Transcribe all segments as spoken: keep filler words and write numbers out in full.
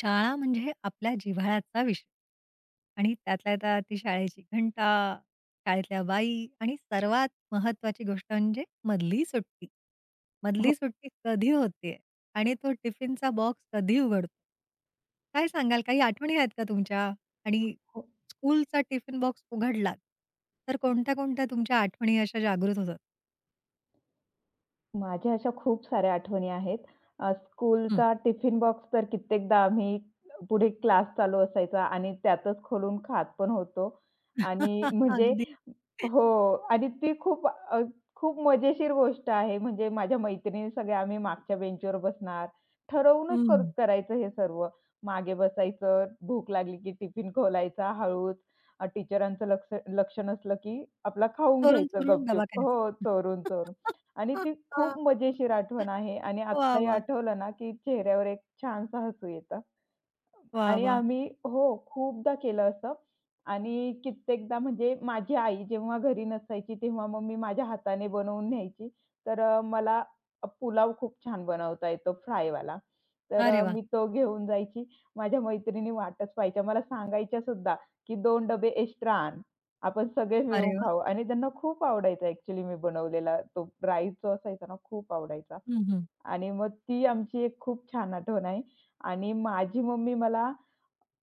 शाळा म्हणजे आपल्या जिव्हाळ्याचा विषय आणि त्यातल्या त्यात ती शाळेची घंटा, शाळेतल्या बाई आणि सर्वात महत्वाची गोष्ट म्हणजे मधली सुट्टी. मधली सुट्टी कधी होतेय आणि तो टिफिनचा बॉक्स कधी उघडतो? काय सांगाल? काही आठवणी आहेत का तुमच्या? आणि हो, स्कूलचा टिफिन बॉक्स उघडलात, तर कोणत्या-कोणत्या तुमच्या आठवणी अशा जागृत होतात? माझ्या अशा खूप साऱ्या आठवणी आहेत. अ, हं. स्कूलचा टिफिन बॉक्स तर कित्येकदा आम्ही पुढे क्लास चालू असायचा आणि त्यातच खोलून खात पण होतो आणि म्हणजे अगदी. हो. आणि ती खूप अ, खूप मजेशीर गोष्ट आहे. म्हणजे माझ्या मैत्रिणी सगळ्या आम्ही मागच्या बेंचवर बसणार. ठरवूनच कर हं. करायचं हे सर्व. मागे बसायचं, भूक लागली की टिफिन खोलायचा हळूच. अ, टीचरांचं लक्ष लक्ष नसलं की आपला खाऊन घ्यायचं चोरून-चोरून गपचूप. डबा हो, खायचा. चोरून, चोरून. आणि ती खूप मजेशीर आठवण आहे आणि वाह, आत्ताही वाह! आठवलं ना, की चेहऱ्यावर एक छानसा हसू येतं. वाह, आणि वाह! आम्ही हो, खूपदा केलं असं आणि कित्येकदा म्हणजे माझी आई जेव्हा घरी नसायची, तेव्हा मग मी माझ्या हाताने बनवून न्यायची. तर अ, मला पुलाव खूप छान बनवता येतो फ्रायवाला. तर अरे अ, वाह! मी तो घेऊन जायची. माझ्या मैत्रिणी वाटच पाहायच्या. मला सांगायच्या सुद्धा, की दोन डबे एक्स्ट्रा आण. आपण सगळे मिळून अरे वाह! खाऊ आणि त्यांना खूप आवडायचा ॲक्चुअली मी बनवलेला तो राईस जो असायचा ना, खूप आवडायचा हं, हं. आणि मग ती आमची एक खूप छान आठवण आहे आणि माझी मम्मी मला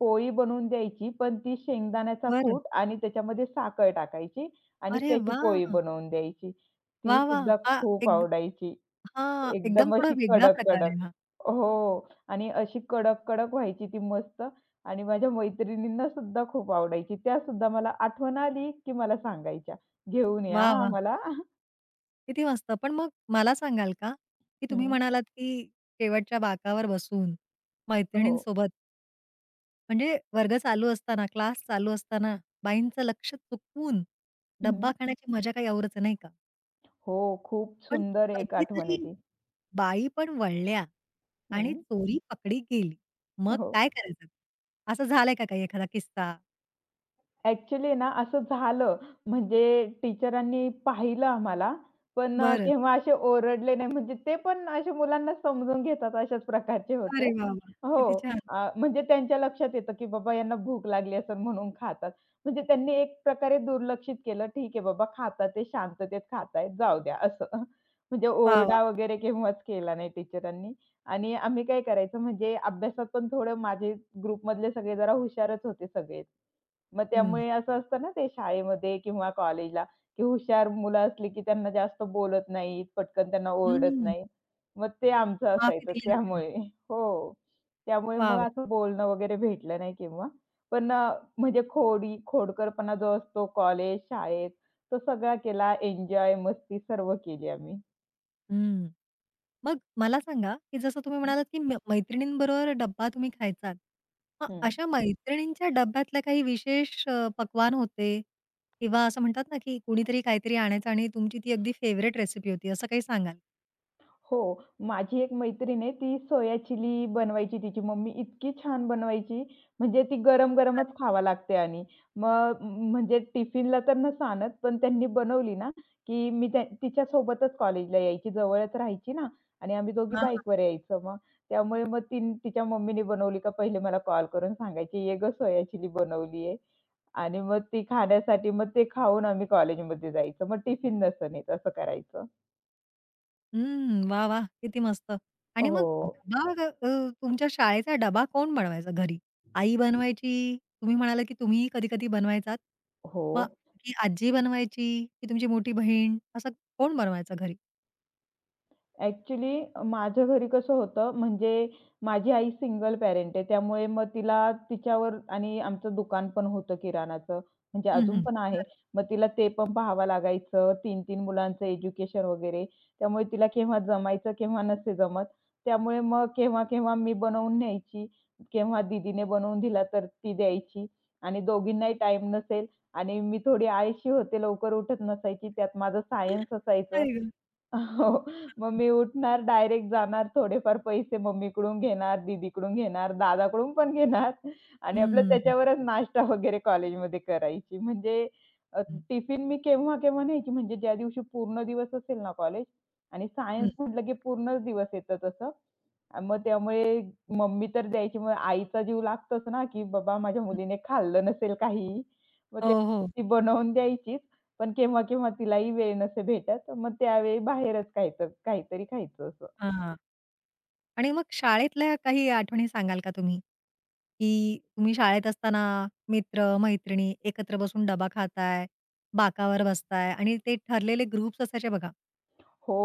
पोळी बनवून द्यायची, पण ती शेंगदाण्याचा बरं. कूट आणि त्याच्यामध्ये साखर टाकायची आणि अरे त्याची पोळी वाह! बनवून द्यायची. ती वाह, वाह! सुद्धा हा खूप एक आवडायची. हां, एकदम एकदम थोडा अशी वेगळा प्रकार कडक-कडक. आहे हा. हो आणि अशी कडक-कडक व्हायची ती मस्त आणि माझ्या मैत्रिणींना सुद्धा खूप आवडायची. त्या सुद्धा मला आठवण आली, की मला सांगायच्या, "घेऊन या वाह, वाह! आम्हाला." किती मस्त. पण मग मला सांगाल का, की तुम्ही हं, म्हणालात, की शेवटच्या बाकावर बसून हो. मैत्रिणींसोबत म्हणजे वर्ग चालू असताना, क्लास चालू असताना बाईंचं लक्ष चुकवून हं. डब्बा खाण्याची मजा काही औरच आहे, नाही का? हो, खूप पण सुंदर एक आठवण आहे कधीतरी ती. बाई पण वळल्या आणि हं, चोरी पकडी गेली. मग हो. काय करायचं? असं झालंय का काही एखादा किस्सा? ॲक्चुअली ना असं झालं. म्हणजे टीचरांनी पाहिलं आम्हाला, पण अ, बरं. केव्हा असे ओरडले नाही. म्हणजे ते पण असे मुलांना समजून घेतात अशाच प्रकारचे होते. अरे वाह, वाह! हो. किती छान. अ, म्हणजे त्यांच्या लक्षात येतं, की बाबा यांना भूक लागली असेल म्हणून खातात. म्हणजे त्यांनी एक प्रकारे दुर्लक्षित केलं. ठीक आहे बाबा खातात ते शांततेत खातायत जाऊ द्या असं. म्हणजे वाह, वाह! ओरडा वगैरे केव्हाच केला नाही टीचरांनी. आणि आम्ही काय करायचो म्हणजे अभ्यासात पण थोडं माझे ग्रुपमधले सगळे जरा हुशारच होते सगळे. मग हं. त्यामुळे असं असतं ना ते शाळेमध्ये किंवा कॉलेजला, की हुशार मुलं असली की त्यांना जास्त बोलत नाहीत, पटकन त्यांना ओरडत हं. नाहीत. मग ते आमचं माफी असायचं दिली जाते त्यामुळे. लगेच. हो. त्यामुळे वाह, मग वाह! असं बोलणं वगैरे भेटलं नाही किंवा. पण अ, म्हणजे खोडी खोडकरपणा जो असतो कॉलेज, शाळेत तो सगळा केला. एन्जॉय, मस्ती सर्व केली आम्ही. हं. मग मला सांगा, की जसं तुम्ही म्हणालात, की म मैत्रिणींबरोबर डब्बा तुम्ही खायचात. मग हं. अशा मैत्रिणींच्या डब्यातल्या काही विशेष अ, पकवान होते किंवा असं म्हणतात ना, की कुणीतरी काहीतरी आणायचं आणि तुमची ती अगदी फेव्हरेट रेसिपी होती, असं काही सांगाल? हो. माझी एक मैत्रीण आहे, ती सोया चिली बनवायची तिची मम्मी इतकी छान बनवायची, म्हणजे ती अरे गरम-गरमच खावा लागते आणि मग म्हणजे टिफिनला तर नसं आणत, पण त्यांनी बनवली ना, की मी त्या तिच्यासोबतच कॉलेजला यायची, जवळच राहायची ना आणि आम्ही दोघी वाह! बाईकवर यायचो मग. त्यामुळे मग ती तिच्या मम्मीने बनवली का पहिले मला कॉल करून सांगायची, "ये गं सोया चिली बनवली आहे." आणि मग ती खाण्यासाठी मग ते खाऊन आम्ही कॉलेजमध्ये जायचो. मग टिफिन नसं नेत असं करायचं. हं. वाह! वाह! किती मस्त. आणि हो. मग डबा ग- अ, तुमच्या शाळेचा डबा कोण बनवायचा घरी? आई बनवायची? तुम्ही म्हणालात की तुम्हीही कधी-कधी बनवायचात. हो. मग की आजी बनवायची? की तुमची मोठी बहीण? असं कोण बनवायचं घरी? ॲक्चुअली माझ्या घरी कसं होतं, म्हणजे माझी आई सिंगल पॅरेंट आहे. त्यामुळे मग तिला तिच्यावर आणि आमचं दुकान पण होतं किराणाचं, म्हणजे हं, अजून हं. पण आहे. बरं. मग तिला ते पण पाहावं लागायचं. तीन 3 मुलांचं एज्युकेशन वगैरे. त्यामुळे तिला केव्हा जमायचं, केव्हा नसे जमत. त्यामुळे मग केव्हा-केव्हा मी बनवून न्यायची, केव्हा दीदीने बनवून दिला तर ती द्यायची आणि दोघींनाही टाईम नसेल आणि मी थोडी आळशी होते, लवकर उठत नसायची. त्यात माझं सायन्स असायचं. आई गं! हो. मग हां. मी उठणार, डायरेक्ट जाणार, थोडेफार पैसे मम्मीकडून घेणार, दीदीकडून घेणार, दादाकडून पण घेणार आणि हं, आपलं हं, त्याच्यावरच नाश्ता वगैरे कॉलेजमध्ये करायची. म्हणजे अ, टिफिन मी केव्हा-केव्हा न्यायची, म्हणजे ज्या दिवशी पूर्ण दिवस असेल ना कॉलेज आणि सायन्स म्हटलं की पूर्णच दिवस येतं तसं. अ, मग त्यामुळे मम्मी तर द्यायची. मग आईचा जीव लागतोच ना, की बाबा माझ्या मुलीने खाल्लं नसेल काही. मग हो, त्या हो. ती बनवून द्यायचीच. पण केव्हा-केव्हा तिलाही वेळ नसे भेटत. मग त्यावेळी बाहेरच खायचं, काहीतरी खायचं असं. हां. आणि मग शाळेतल्या काही आठवणी सांगाल का तुम्ही? की तुम्ही शाळेत असताना मित्र-मैत्रिणी एकत्र बसून डबा खाताय, बाकावर बसताय आणि ते ठरलेले ग्रुप्स असायचे बघा. हो.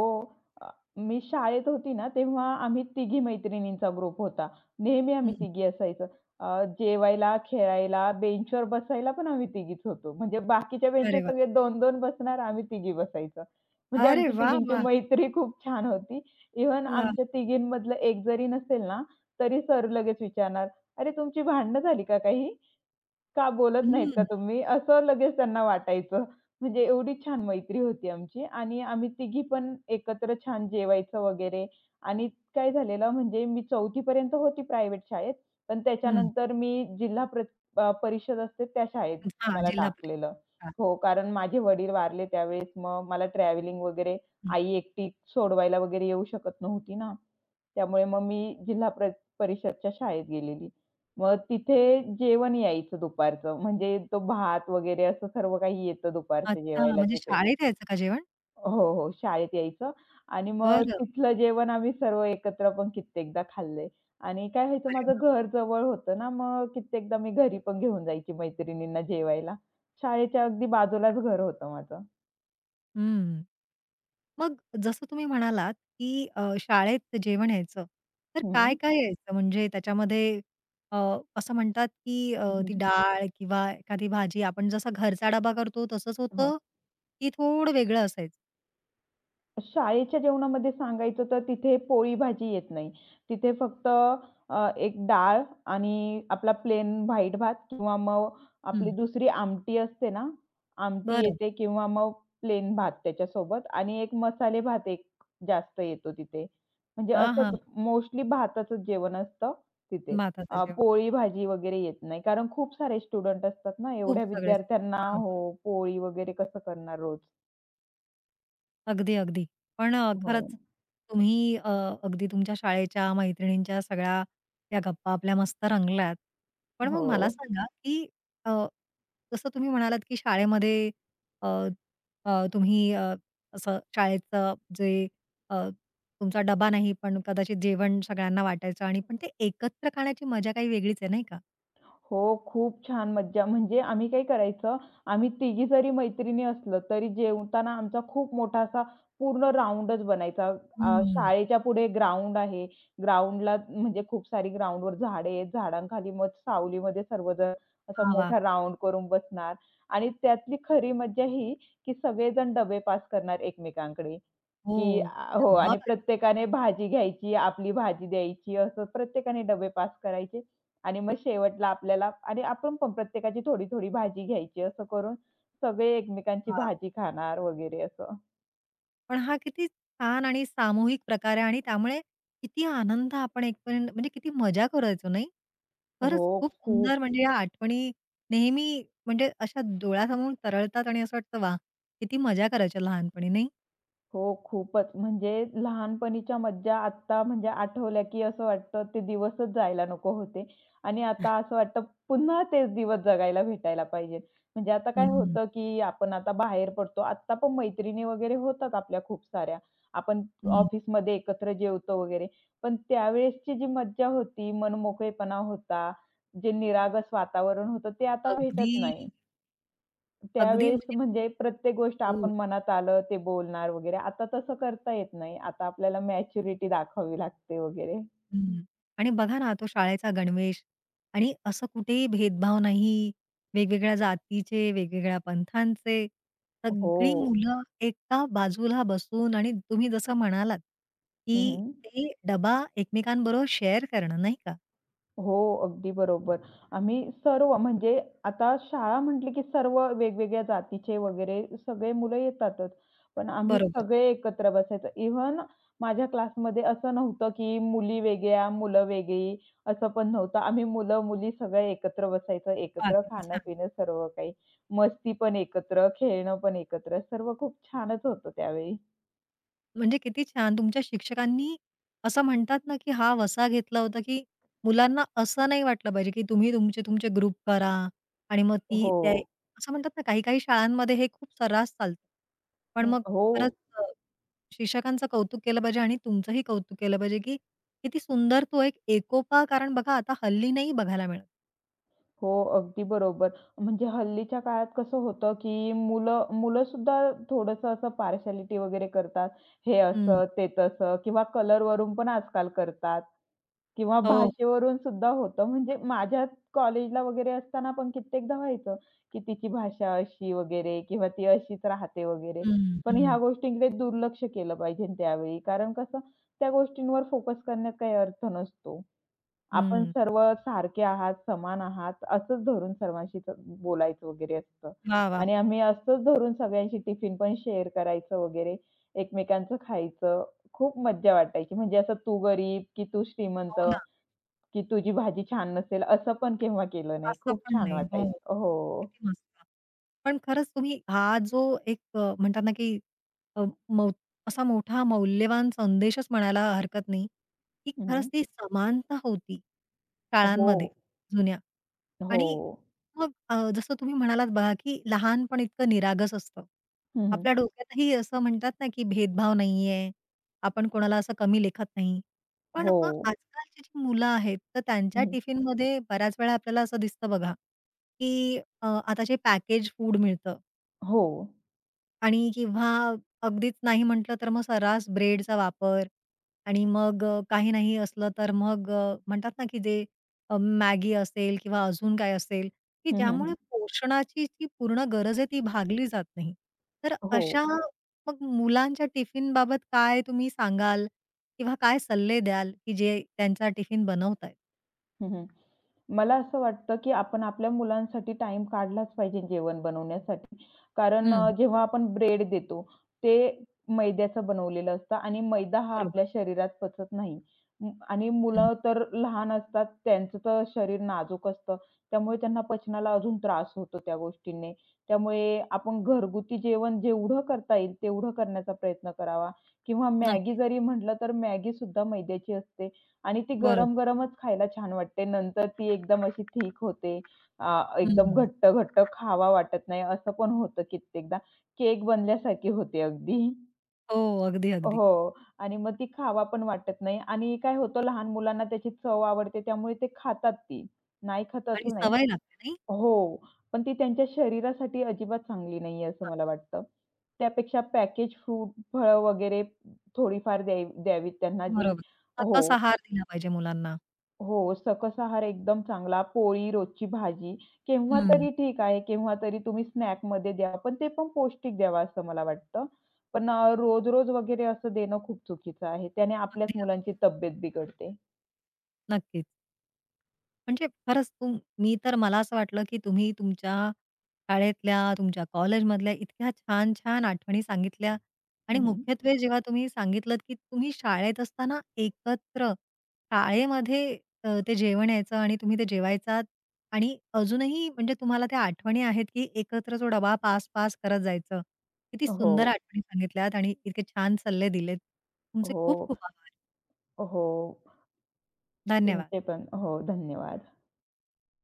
अ, मी शाळेत होती ना, तेव्हा आम्ही तिघी मैत्रिणींचा ग्रुप होता. नेहमी आम्ही हं. तिघी असायचो. अ, जेवायला, खेळायला, बेंचवर बसायला पण आम्ही तिघीच होतो. म्हणजे बाकीच्या बेंचवर अरे वाह! सगळे दोन दोन बसणार, आम्ही तिघी बसायचो. म्हणजे अरे आमची वाह! तिघींची वाह! मैत्री खूप छान होती. इव्हन वाह! आमच्या तिघींमधलं एक जरी नसेल ना, तरी सर लगेच विचारणार, "अरे, तुमची भांडणं झाली का काही?" का बोलत नाहीत का हं, तुम्ही? असं लगेच त्यांना वाटायचं. म्हणजे एवढी छान मैत्री होती आमची आणि आम्ही तिघी पण एकत्र छान जेवायचं वगैरे आणि काय झालेलं म्हणजे मी 4थी पर्यंत होती प्रायव्हेट शाळेत, पण हं. त्याच्यानंतर मी जिल्हा प्र अ, परिषद असते त्या शाळेत हां, मला जिल्हा टाकलेलं. परिषद शाळा. हो, कारण माझे वडील वारले त्यावेळेस मग मला ट्रॅव्हलिंग वगैरे आई एकटी सोडवायला वगैरे येऊ शकत नव्हती ना. त्यामुळे मग मी जिल्हा प्र परिषदच्या शाळेत गेलेली. मग तिथे जेवण यायचं दुपारचं. म्हणजे तो भात वगैरे असं सर्व काही येतं दुपारचं अच्छा, जेवायला म्हणजे तिथे. शाळेत यायचं का जेवण? हो, हो. शाळेत यायचं आणि मग बरं. तिथलं जेवण आम्ही सर्व एकत्र पण कित्येकदा खाल्लंय. आणि काय व्हायचं अरे माझं वाह! घर जवळ होतं ना, मग कित्येकदा मी घरी पण घेऊन जायची मैत्रिणींना जेवायला. शाळेच्या अगदी बाजूलाच घर होतं माझं. हं. मग जसं तुम्ही म्हणालात, की अ, शाळेत जेवण यायचं, तर हं. काय-काय यायचं? म्हणजे त्याच्यामध्ये अ, असं म्हणतात, की अ, हं, ती हं. डाळ किंवा एखादी भाजी आपण जसा घरचा डबा करतो तसंच हो. होतं, की थोडं वेगळं असायचं? शाळेच्या जेवणामध्ये सांगायचं तर तिथे पोळी भाजी येत नाही. तिथे फक्त अ, एक डाळ आणि आपला प्लेन व्हाईट भात किंवा मग आपली हं. दुसरी आमटी असते ना, आमटी बरं. येते किंवा मग प्लेन भात त्याच्यासोबत आणि एक मसाले भात एक जास्त येतो तिथे. म्हणजे हां, असंच हां. मोस्टली भाताचंच जेवण असतं तिथे. भाताचं अ, जेवण. पोळी भाजी वगैरे येत नाही. कारण खूप सारे स्टुडंट असतात ना, खूप एवढ्या सगळे विद्यार्थ्यांना बरोबर. हो, पोळी वगैरे कसं करणार रोज? अगदी, अगदी. पण अ, हो. खरंच तुम्ही अ, अगदी तुमच्या शाळेच्या मैत्रिणींच्या सगळ्या त्या गप्पा आपल्या मस्त रंगल्यात. पण मग मला हो. सांगा, की अ, जसं तुम्ही म्हणालात, की शाळेमध्ये अ, अ, तुम्ही अ, असं शाळेचं जे अ, तुमचा डबा नाही, पण कदाचित जेवण सगळ्यांना वाटायचं आणि पण ते एकत्र खाण्याची मजा काही वेगळीच आहे, नाही का? हो, खूप छान मज्जा. म्हणजे आम्ही काय करायचं, आम्ही तिघी जरी मैत्रिणी असलो, तरी जेवताना आमचा खूप मोठा असा पूर्ण राउंडच बनायचा. अ, हं. शाळेच्या पुढे ग्राउंड आहे. ग्राउंडला म्हणजे खूप सारी ग्राउंडवर झाडे आहेत. झाडांखाली मग सावलीमध्ये सर्वजण असा वाह! वाह! मोठा राउंड करून बसणार आणि त्यातली खरी मज्जा ही, की सगळेजण डबे पास करणार एकमेकांकडे, हो. की अ, हो डब्बा आणि पाहिजे. प्रत्येकाने भाजी घ्यायची, आपली भाजी द्यायची, असं प्रत्येकाने डबे पास करायचे आणि मग शेवटला आपल्याला आणि आपण पण प्रत्येकाची थोडी-थोडी भाजी घ्यायची असं करून सगळे एकमेकांची भाजी खाणार वगैरे असं. पण हा किती छान आणि सामूहिक प्रकार आहे आणि त्यामुळे किती आनंद आपण एकपर्यंत म्हणजे किती मजा करायचो नाही? खरंच हो, खूप खूप. सुंदर म्हणजे या आठवणी नेहमी म्हणजे अशा डोळ्यासमोर तरळतात आणि असं वाटतं वाह! किती मजा करायच्या लहानपणी नाही? हो, खूपच. म्हणजे लहानपणीच्या मज्जा आत्ता म्हणजे आठवल्या, की असं वाटतं ते दिवसच जायला नको होते आणि आता असं वाटतं पुन्हा तेच दिवस जगायला भेटायला पाहिजेत. म्हणजे आता काय हं, होतं, की आपण आता बाहेर पडतो. आत्ता पण मैत्रिणी वगैरे होतात आपल्या खूप साऱ्या. आपण हं. ऑफिसमध्ये एकत्र जेवतो वगैरे. पण त्यावेळेसची जी मज्जा होती, मनमोकळेपणा होता, जे निरागस वातावरण होतं, ते आता अगदी, भेटत नाही. अगदी त्यावेळेस म्हणजे म्हणजे प्रत्येक गोष्ट हो. आपण मनात आलं ते बोलणार वगैरे. आता तसं करता येत नाही. आता आपल्याला मॅच्युरिटी दाखवावी लागते वगैरे. हं. आणि बघा ना, तो शाळेचा गणवेश आणि असं कुठेही भेदभाव नाही, वेगवेगळ्या जातीचे, वेगवेगळ्या पंथांचे. सगळी हो. मुलं एका बाजूला बसून आणि तुम्ही जसं म्हणालात, हं, की हं. ते डबा एकमेकांबरोबर शेअर करणं, नाही का? हो, अगदी बरोबर. आम्ही सर्व म्हणजे आता शाळा म्हटली की सर्व वेगवेगळ्या जातीचे वगैरे सगळे मुलं येतातच. पण आम्ही बरोबर. सगळे एकत्र बसायचो. इव्हन माझ्या क्लासमध्ये असं नव्हतं की मुली वेगळ्या, मुलं वेगळी असं पण नव्हतं. आम्ही मुलं-मुली सगळे एकत्र बसायचो, वाह! एकत्र किती छान. खाणं-पिणं सर्व काही. मस्ती पण एकत्र, खेळणं पण एकत्र सर्व खूप छानच होतं त्यावेळी. म्हणजे किती छान तुमच्या शिक्षकांनी असं म्हणतात ना, की हा वसा घेतला होता, की मुलांना असं नाही वाटलं पाहिजे, की तुम्ही तुमचे तुमचे ग्रुप करा आणि मग ती हो. त्या असं म्हणतात ना, काही-काही शाळांमध्ये हे खूप सर्रास चालतं. पण हं, मग खरंच हो. अ, शिक्षकांचं कौतुक केलं पाहिजे आणि तुमचंही कौतुक केलं पाहिजे, की किती सुंदर तो एक एकोपा कारण बघा आता हल्ली नाही बघायला मिळत. हो, अगदी बरोबर. म्हणजे हल्लीच्या काळात कसं होतं, की मुलं मुलं सुद्धा थोडंसं असं पार्शालिटी वगैरे करतात. हे हं. असं, ते तसं किंवा कलरवरून पण आजकाल करतात किंवा हो. भाषेवरून सुद्धा होतं. म्हणजे माझ्या कॉलेजला वगैरे असताना पण कित्येकदा व्हायचं, की तिची भाषा अशी वगैरे किंवा ती अशीच राहते वगैरे. हं, पण ह्या हं, गोष्टींकडे दुर्लक्ष केलं पाहिजे त्यावेळी. कारण कसं त्या गोष्टींवर फोकस करण्यात काही अर्थ नसतो. आपण हं. सर्व सारखे आहात, समान आहात असंच धरून सर्वांशी तर बोलायचं वगैरे असतं. वाह! वाह! आणि आम्ही असंच धरून सगळ्यांशी टिफिन पण शेअर करायचं वगैरे, एकमेकांचं खायचं. खूप मज्जा वाटायची. म्हणजे असं तू गरीब, की तू श्रीमंत, हो ना. की तुझी भाजी छान नसेल असं पण केव्हा केलं नाही. असं खूप पण छान नाही. हो. वाटायचं. हो. किती मस्त. पण खरंच तुम्ही हा जो एक अ, म्हणतात ना, की अ, मौ असा मोठा मौल्यवान संदेशच म्हणायला हरकत नाही, की हं. खरंच ती समानता होती हो. काळांमध्ये जुन्या. हो. आणि मग अ, जसं तुम्ही म्हणालात बघा, की लहानपण इतकं निरागस असतं. हं, हं. आपल्या डोक्यातही असं म्हणतात ना, की भेदभाव नाहीये, आपण कोणाला असं कमी लेखत नाही. पण हो. मग आजकालची जी मुलं आहेत, तर त्यांच्या हं, हं. टिफिनमध्ये बऱ्याच वेळा आपल्याला असं दिसतं बघा, की अ, आता जे पॅकेज फूड मिळतं हो. आणि किंवा अगदीच नाही म्हटलं तर मग सर्रास ब्रेडचा वापर आणि मग अ, काही नाही असलं तर मग अ, म्हणतात ना, की जे अ, मॅगी असेल किंवा अजून काय असेल, की हं, हं, हं. ज्यामुळे पोषणाची जी पूर्ण गरज आहे ती भागली जात नाही. तर हो. अशा मग मुलांच्या टिफिन बाबत काय तुम्ही सांगाल किंवा काय सल्ले द्याल, की जे त्यांचा टिफिन बनवतायत? हं, हं. मला असं वाटतं, की आपण आपल्या मुलांसाठी टाईम काढलाच पाहिजे जेवण बनवण्यासाठी. कारण अ, हं. जेव्हा आपण ब्रेड देतो, ते मैद्याचं बनवलेलं असतं आणि मैदा हा बरोबर. आपल्या शरीरात पचत नाही. अं, आणि हं. मुलं तर लहान असतात, त्यांचं तर शरीर नाजूक असतं. त्यामुळे त्यांना पचनाला अजून त्रास होतो त्या गोष्टींनी. त्यामुळे आपण घरगुती जेवण जेवढं करता येईल, तेवढं करण्याचा प्रयत्न करावा किंवा मॅगी नक्कीच. जरी म्हटलं, तर मॅगीसुद्धा मैद्याची असते आणि ती बरोबर. गरम-गरमच खायला छान वाटते. नंतर ती एकदम अशी थिक होते. अ, एकदम हं. घट्ट, घट्ट खावा वाटत नाही असं पण होतं कित्येकदा. केक बनल्यासारखी होते अगदी. हो, अगदी, अगदी. हो आणि मग ती खावा पण वाटत नाही आणि काय होतं लहान मुलांना त्याची चव आवडते त्यामुळे ते खातात ती. नाही खात आणि असं नाही. सवय लागते नाही? हो, पण ती त्यांच्या शरीरासाठी अजिबात चांगली नाहीये असं मला वाटतं. त्यापेक्षा पॅकेज फ्रूट, फळं वगैरे थोडीफार द्यावी द्यावीत त्यांना जी बरोबर. सकस हो. आहार दिला पाहिजे मुलांना. हो, सकस आहार एकदम चांगला. पोळी, रोजची भाजी केव्हा हं. तरी ठीक आहे, केव्हा तरी तुम्ही स्नॅकमध्ये द्या, पण ते पण पौष्टिक द्यावा असं मला वाटतं. पण अ, रोज-रोज वगैरे असं देणं खूप चुकीचं आहे. त्याने आपल्याच अगदी, मुलांची अगदी. तब्येत बिघडते. नक्कीच. म्हणजे खरंच तुम मी तर मला असं वाटलं, की तुम्ही तुमच्या शाळेतल्या, तुमच्या कॉलेजमधल्या इतक्या छान-छान आठवणी सांगितल्या आणि हं, हं. मुख्यत्वे जेव्हा तुम्ही सांगितलत, की तुम्ही शाळेत असताना एकत्र शाळेमध्ये अ, ते जेवण यायचं आणि तुम्ही ते जेवायचात आणि अजूनही म्हणजे तुम्हाला त्या आठवणी आहेत, की एकत्र तो डबा पास-पास करत जायचं. किती सुंदर हो, आठवणी सांगितल्यात आणि इतके छान सल्ले दिलेत. तुमचे हो, खूप-खूप आभार. हो. धन्यवाद. तुमचे पण. हो, धन्यवाद.